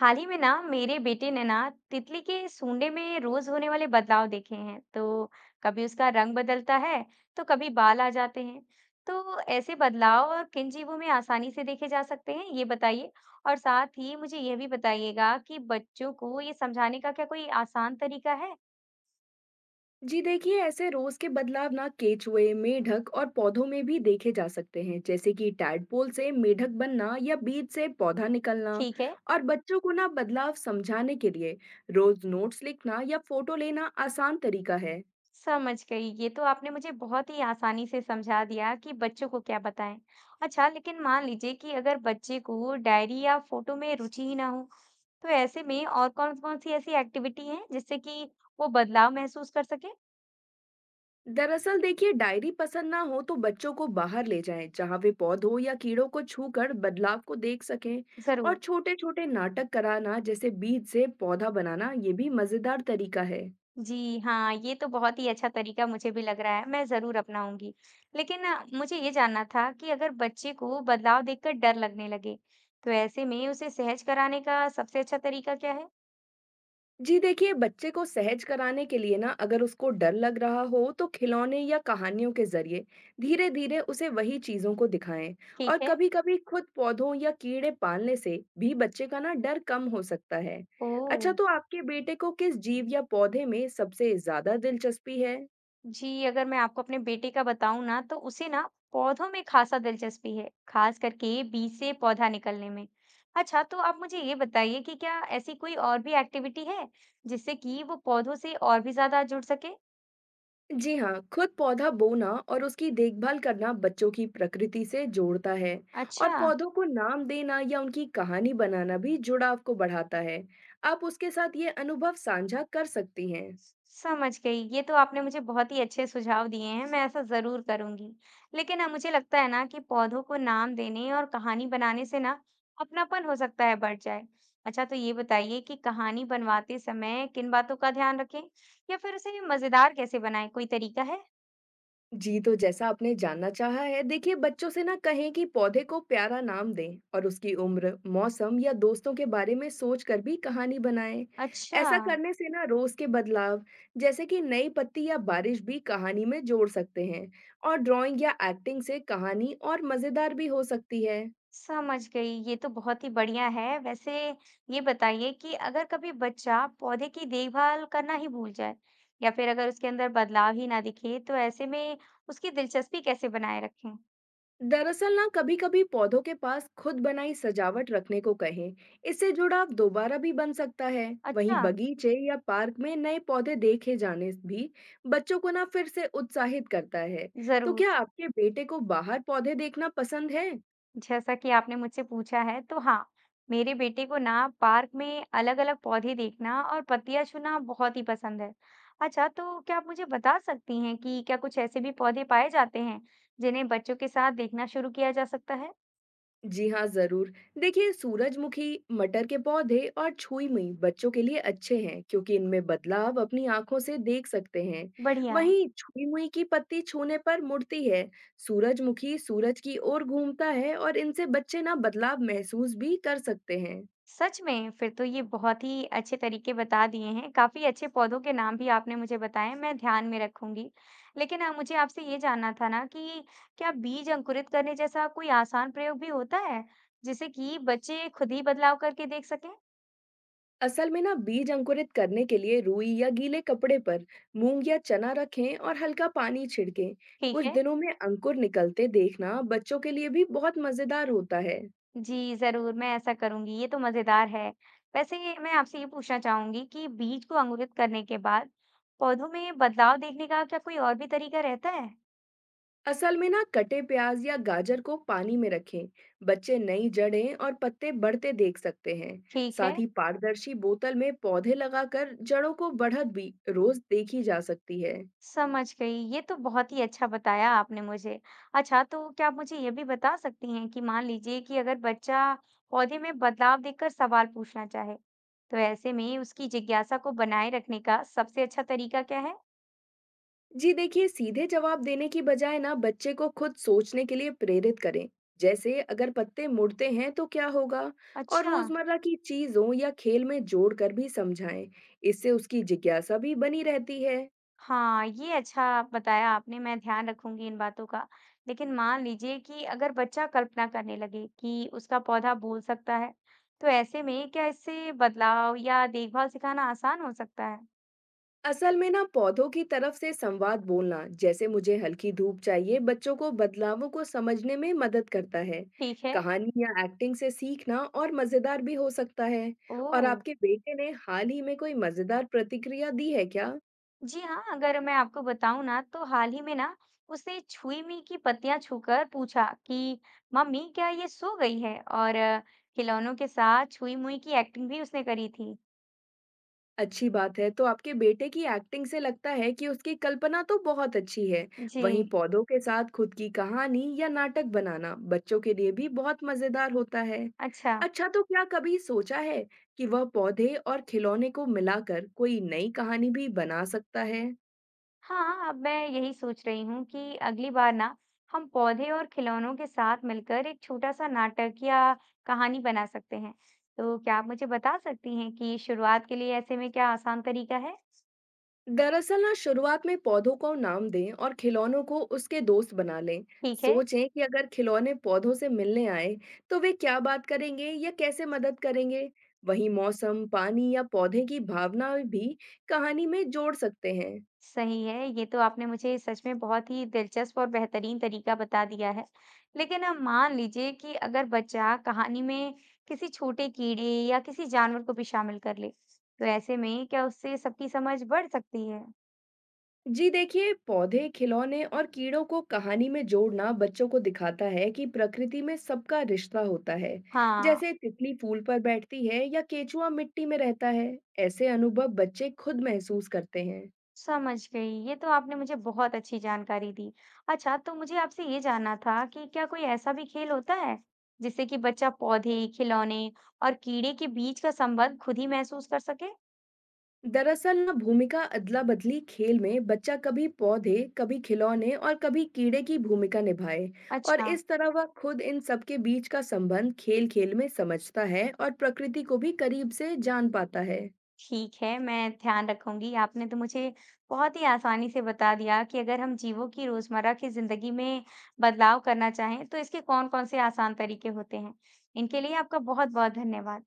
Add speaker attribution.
Speaker 1: हाल ही में ना मेरे बेटे ने ना तितली के सूंडे में रोज होने वाले बदलाव देखे हैं। तो कभी उसका रंग बदलता है, तो कभी बाल आ जाते हैं। तो ऐसे बदलाव और किन जीवों में आसानी से देखे जा सकते हैं ये बताइए। और साथ ही मुझे यह भी बताइएगा कि बच्चों को ये समझाने का क्या कोई आसान तरीका है।
Speaker 2: जी देखिए, ऐसे रोज के बदलाव ना केचुए, मेढक और पौधों में भी देखे जा सकते हैं। जैसे कि टैडपोल से मेढक बनना या बीज से पौधा निकलना।
Speaker 1: ठीक है।
Speaker 2: और बच्चों को ना बदलाव समझाने के लिए रोज नोट्स लिखना या फोटो लेना आसान तरीका है।
Speaker 1: समझ गई, ये तो आपने मुझे बहुत ही आसानी से समझा दिया कि बच्चों को क्या बताएं। अच्छा, लेकिन मान लीजिए कि अगर बच्चे को डायरी या फोटो में रुचि ही ना हो, तो ऐसे में और कौन-कौन सी ऐसी एक्टिविटी है जिससे कि वो बदलाव महसूस कर सके?
Speaker 2: दरअसल देखिए, डायरी पसंद ना हो तो बच्चों को बाहर ले जाएं जहां वे पौधों या कीड़ों को छूकर बदलाव को देख सकें। और
Speaker 1: ज़रूर।
Speaker 2: छोटे छोटे नाटक कराना जैसे बीज से पौधा बनाना ये भी मजेदार तरीका है।
Speaker 1: जी हाँ, ये तो बहुत ही अच्छा तरीका मुझे भी लग रहा है, मैं ज़रूर अपनाऊँगी। लेकिन मुझे ये जानना था कि अगर बच्चे को बदलाव देखकर डर लगने लगे, तो ऐसे में उसे सहज कराने का सबसे अच्छा तरीका क्या है?
Speaker 2: जी देखिए, बच्चे को सहज कराने के लिए ना अगर उसको डर लग रहा हो तो खिलौने या कहानियों के जरिए धीरे-धीरे उसे वही चीजों को दिखाएं।
Speaker 1: ठीक
Speaker 2: और
Speaker 1: है।
Speaker 2: कभी-कभी खुद पौधों या कीड़े पालने से भी बच्चे का ना डर कम हो सकता है।
Speaker 1: ओह!
Speaker 2: अच्छा, तो आपके बेटे को किस जीव या पौधे में सबसे ज्यादा दिलचस्पी है?
Speaker 1: जी, अगर मैं आपको अपने बेटे का बताऊं ना, तो उसे ना पौधों में खासा दिलचस्पी है, खास करके बीज से पौधा निकलने में। अच्छा, तो आप मुझे ये बताइए कि क्या ऐसी कोई और भी एक्टिविटी है जिससे कि वो पौधों से और भी ज्यादा जुड़ सके?
Speaker 2: जी हाँ, खुद पौधा बोना और उसकी देखभाल करना बच्चों की प्रकृति से जोड़ता है। और
Speaker 1: अच्छा।
Speaker 2: पौधों को नाम देना या उनकी कहानी बनाना भी जुड़ाव को बढ़ाता है। आप उसके साथ ये अनुभव साझा कर सकती हैं।
Speaker 1: स समझ गई। ये तो आपने मुझे बहुत ही अच्छे सुझाव दिए हैं, मैं ऐसा ज़रूर करूँगी। लेकिन ना मुझे लगता है ना कि पौधों को नाम देने और कहानी बनाने से ना अपनापन हो सकता है बढ़ जाए। अच्छा, तो ये बताइए कि कहानी बनवाते समय किन बातों का ध्यान रखें या फिर उसे मज़ेदार कैसे बनाएँ, कोई तरीका है?
Speaker 2: जी, तो जैसा आपने जानना चाहा है, देखिए बच्चों से ना कहें कि पौधे को प्यारा नाम दें और उसकी उम्र, मौसम या दोस्तों के बारे में सोच कर भी कहानी बनाएं।
Speaker 1: अच्छा।
Speaker 2: ऐसा करने से ना रोज के बदलाव, जैसे कि नई पत्ती या बारिश भी कहानी में जोड़ सकते हैं। और ड्राइंग या एक्टिंग से कहानी और मजेदार भी हो सकती है।
Speaker 1: समझ गई, ये तो बहुत ही बढ़िया है। वैसे ये बताइए कि अगर कभी बच्चा पौधे की देखभाल करना ही भूल जाए या फिर अगर उसके अंदर बदलाव ही ना दिखे, तो ऐसे में उसकी दिलचस्पी कैसे बनाए रखें।
Speaker 2: दरअसल ना कभी-कभी पौधों के पास खुद बनाई सजावट रखने को कहें, इससे जुड़ाव दोबारा भी बन सकता है। वहीं
Speaker 1: अच्छा।
Speaker 2: बगीचे या पार्क में नए पौधे देखे जाने भी बच्चों को ना फिर से उत्साहित करता है। तो
Speaker 1: जरूर।
Speaker 2: क्या आपके बेटे को बाहर पौधे देखना पसंद है?
Speaker 1: जैसा कि आपने मुझसे पूछा है, तो हाँ, मेरे बेटे को ना पार्क में अलग अलग पौधे देखना और पत्तियां छूना बहुत ही पसंद है। अच्छा, तो क्या आप मुझे बता सकती हैं कि क्या कुछ ऐसे भी पौधे पाए जाते हैं जिन्हें बच्चों के साथ देखना शुरू किया जा सकता है।
Speaker 2: जी हाँ, ज़रूर। देखिए सूरजमुखी, मटर के पौधे और छुई-मुई बच्चों के लिए अच्छे हैं क्योंकि इनमें बदलाव अपनी आँखों से देख सकते हैं।
Speaker 1: बढ़िया।
Speaker 2: वहीं छुई-मुई की पत्ती छूने पर मुड़ती है, सूरजमुखी सूरज की ओर घूमता है और इनसे बच्चे ना बदलाव महसूस भी कर सकते हैं।
Speaker 1: सच में! फिर तो ये बहुत ही अच्छे तरीके बता दिए हैं, काफ़ी अच्छे पौधों के नाम भी आपने मुझे बताएँ, मैं ध्यान में रखूँगी। लेकिन मुझे आपसे ये जानना था ना कि क्या बीज अंकुरित करने जैसा कोई आसान प्रयोग भी होता है, जिससे कि बच्चे खुद ही बदलाव करके देख सकें?
Speaker 2: असल में ना बीज अंकुरित करने के लिए रुई या गीले कपड़े पर मूंग या चना रखें और हल्का पानी छिड़कें।
Speaker 1: ठीक
Speaker 2: कुछ
Speaker 1: है।
Speaker 2: दिनों में अंकुर निकलते देखना बच्चों के लिए भी बहुत मज़ेदार होता है।
Speaker 1: जी, ज़रूर, मैं ऐसा करूँगी, ये तो मज़ेदार है। वैसे मैं आपसे ये पूछना चाहूँगी कि बीज को अंकुरित करने के बाद पौधों में बदलाव देखने का क्या कोई और भी तरीका रहता है?
Speaker 2: असल में ना कटे प्याज या गाजर को पानी में रखें, बच्चे नई जड़ें और पत्ते बढ़ते देख सकते हैं।
Speaker 1: ठीक है।
Speaker 2: साथ ही पारदर्शी बोतल में पौधे लगाकर जड़ों को बढ़त भी रोज देखी जा सकती है।
Speaker 1: समझ गई। ये तो बहुत ही अच्छा बताया आपने मुझे। अच्छा, तो क्या आप मुझे ये भी बता सकती हैं कि मान लीजिए कि अगर बच्चा पौधे में बदलाव देखकर सवाल पूछना चाहे, तो ऐसे में उसकी जिज्ञासा को बनाए रखने का सबसे अच्छा तरीका क्या है?
Speaker 2: जी देखिए, सीधे जवाब देने की बजाय ना बच्चे को खुद सोचने के लिए प्रेरित करें, जैसे अगर पत्ते मुड़ते हैं तो क्या होगा। और
Speaker 1: अच्छा।
Speaker 2: रोजमर्रा की चीजों या खेल में जोड़कर भी समझाएं, इससे उसकी जिज्ञासा भी बनी रहती है।
Speaker 1: हाँ, ये अच्छा बताया आपने, मैं ध्यान रखूंगी इन बातों का। लेकिन मान लीजिए कि अगर बच्चा कल्पना करने लगे कि उसका पौधा बोल सकता है, तो ऐसे में क्या इससे बदलाव या देखभाल सिखाना आसान हो सकता है?
Speaker 2: असल में ना पौधों की तरफ से संवाद बोलना, जैसे मुझे हल्की धूप चाहिए, बच्चों को बदलावों को समझने में मदद करता है।
Speaker 1: ठीक है।
Speaker 2: कहानी या एक्टिंग से सीखना और मजेदार भी हो सकता है। और
Speaker 1: ओह!
Speaker 2: आपके बेटे ने हाल ही में कोई मजेदार प्रतिक्रिया दी है क्या?
Speaker 1: जी हाँ, अगर मैं आपको बताऊं ना, तो हाल ही में ना उसने छुई मी की पत्तियां छूकर पूछा कि मम्मी क्या ये सो गई है। और खिलौनों के साथ छुई मुई की एक्टिंग भी उसने करी थी।
Speaker 2: अच्छी बात है। तो आपके बेटे की एक्टिंग से लगता है कि उसकी कल्पना तो बहुत अच्छी है।
Speaker 1: जी।
Speaker 2: वहीं पौधों के साथ खुद की कहानी या नाटक बनाना बच्चों के लिए भी बहुत मज़ेदार होता है।
Speaker 1: अच्छा।
Speaker 2: अच्छा, तो क्या कभी सोचा है कि वह पौधे और खिलौने को मिलाकर कोई नई कहानी भी बना सकता है?
Speaker 1: हाँ, अब मैं यही सोच रही हूँ कि अगली बार ना हम पौधे और खिलौनों के साथ मिलकर एक छोटा सा नाटक या कहानी बना सकते हैं। तो क्या आप मुझे बता सकती हैं कि शुरुआत के लिए ऐसे में क्या आसान तरीका है।
Speaker 2: दरअसल ना शुरुआत में पौधों को नाम दें और खिलौनों को उसके दोस्त बना लें।
Speaker 1: ठीक है।
Speaker 2: सोचें कि अगर खिलौने पौधों से मिलने आए तो वे क्या बात करेंगे या कैसे मदद करेंगे। वहीं मौसम, पानी या पौधे की भावना भी कहानी में जोड़ सकते हैं।
Speaker 1: सही है, ये तो आपने मुझे सच में बहुत ही दिलचस्प और बेहतरीन तरीका बता दिया है। लेकिन अब मान लीजिए कि अगर बच्चा कहानी में किसी छोटे कीड़े या किसी जानवर को भी शामिल कर ले, तो ऐसे में क्या उससे सबकी समझ बढ़ सकती है।
Speaker 2: जी देखिए, पौधे, खिलौने और कीड़ों को कहानी में जोड़ना बच्चों को दिखाता है कि प्रकृति में सबका रिश्ता होता है।
Speaker 1: हाँ।
Speaker 2: जैसे तितली फूल पर बैठती है या केचुआ मिट्टी में रहता है, ऐसे अनुभव बच्चे खुद महसूस करते हैं।
Speaker 1: समझ गई, ये तो आपने मुझे बहुत अच्छी जानकारी दी। अच्छा, तो मुझे आपसे ये जानना था कि क्या कोई ऐसा भी खेल होता है जिससे कि बच्चा पौधे खिलौने और कीड़े के बीच का संबंध खुद ही महसूस कर सके।
Speaker 2: दरअसल ना भूमिका अदला बदली खेल में बच्चा कभी पौधे, कभी खिलौने और कभी कीड़े की भूमिका निभाए। और
Speaker 1: अच्छा।
Speaker 2: इस तरह वह खुद इन सब के बीच का संबंध खेल खेल में समझता है और प्रकृति को भी करीब से जान पाता है।
Speaker 1: ठीक है, मैं ध्यान रखूँगी। आपने तो मुझे बहुत ही आसानी से बता दिया कि अगर हम जीवों की रोज़मर्रा की ज़िंदगी में बदलाव करना चाहें, तो इसके कौन-कौन से आसान तरीके होते हैं। इनके लिए आपका बहुत-बहुत धन्यवाद।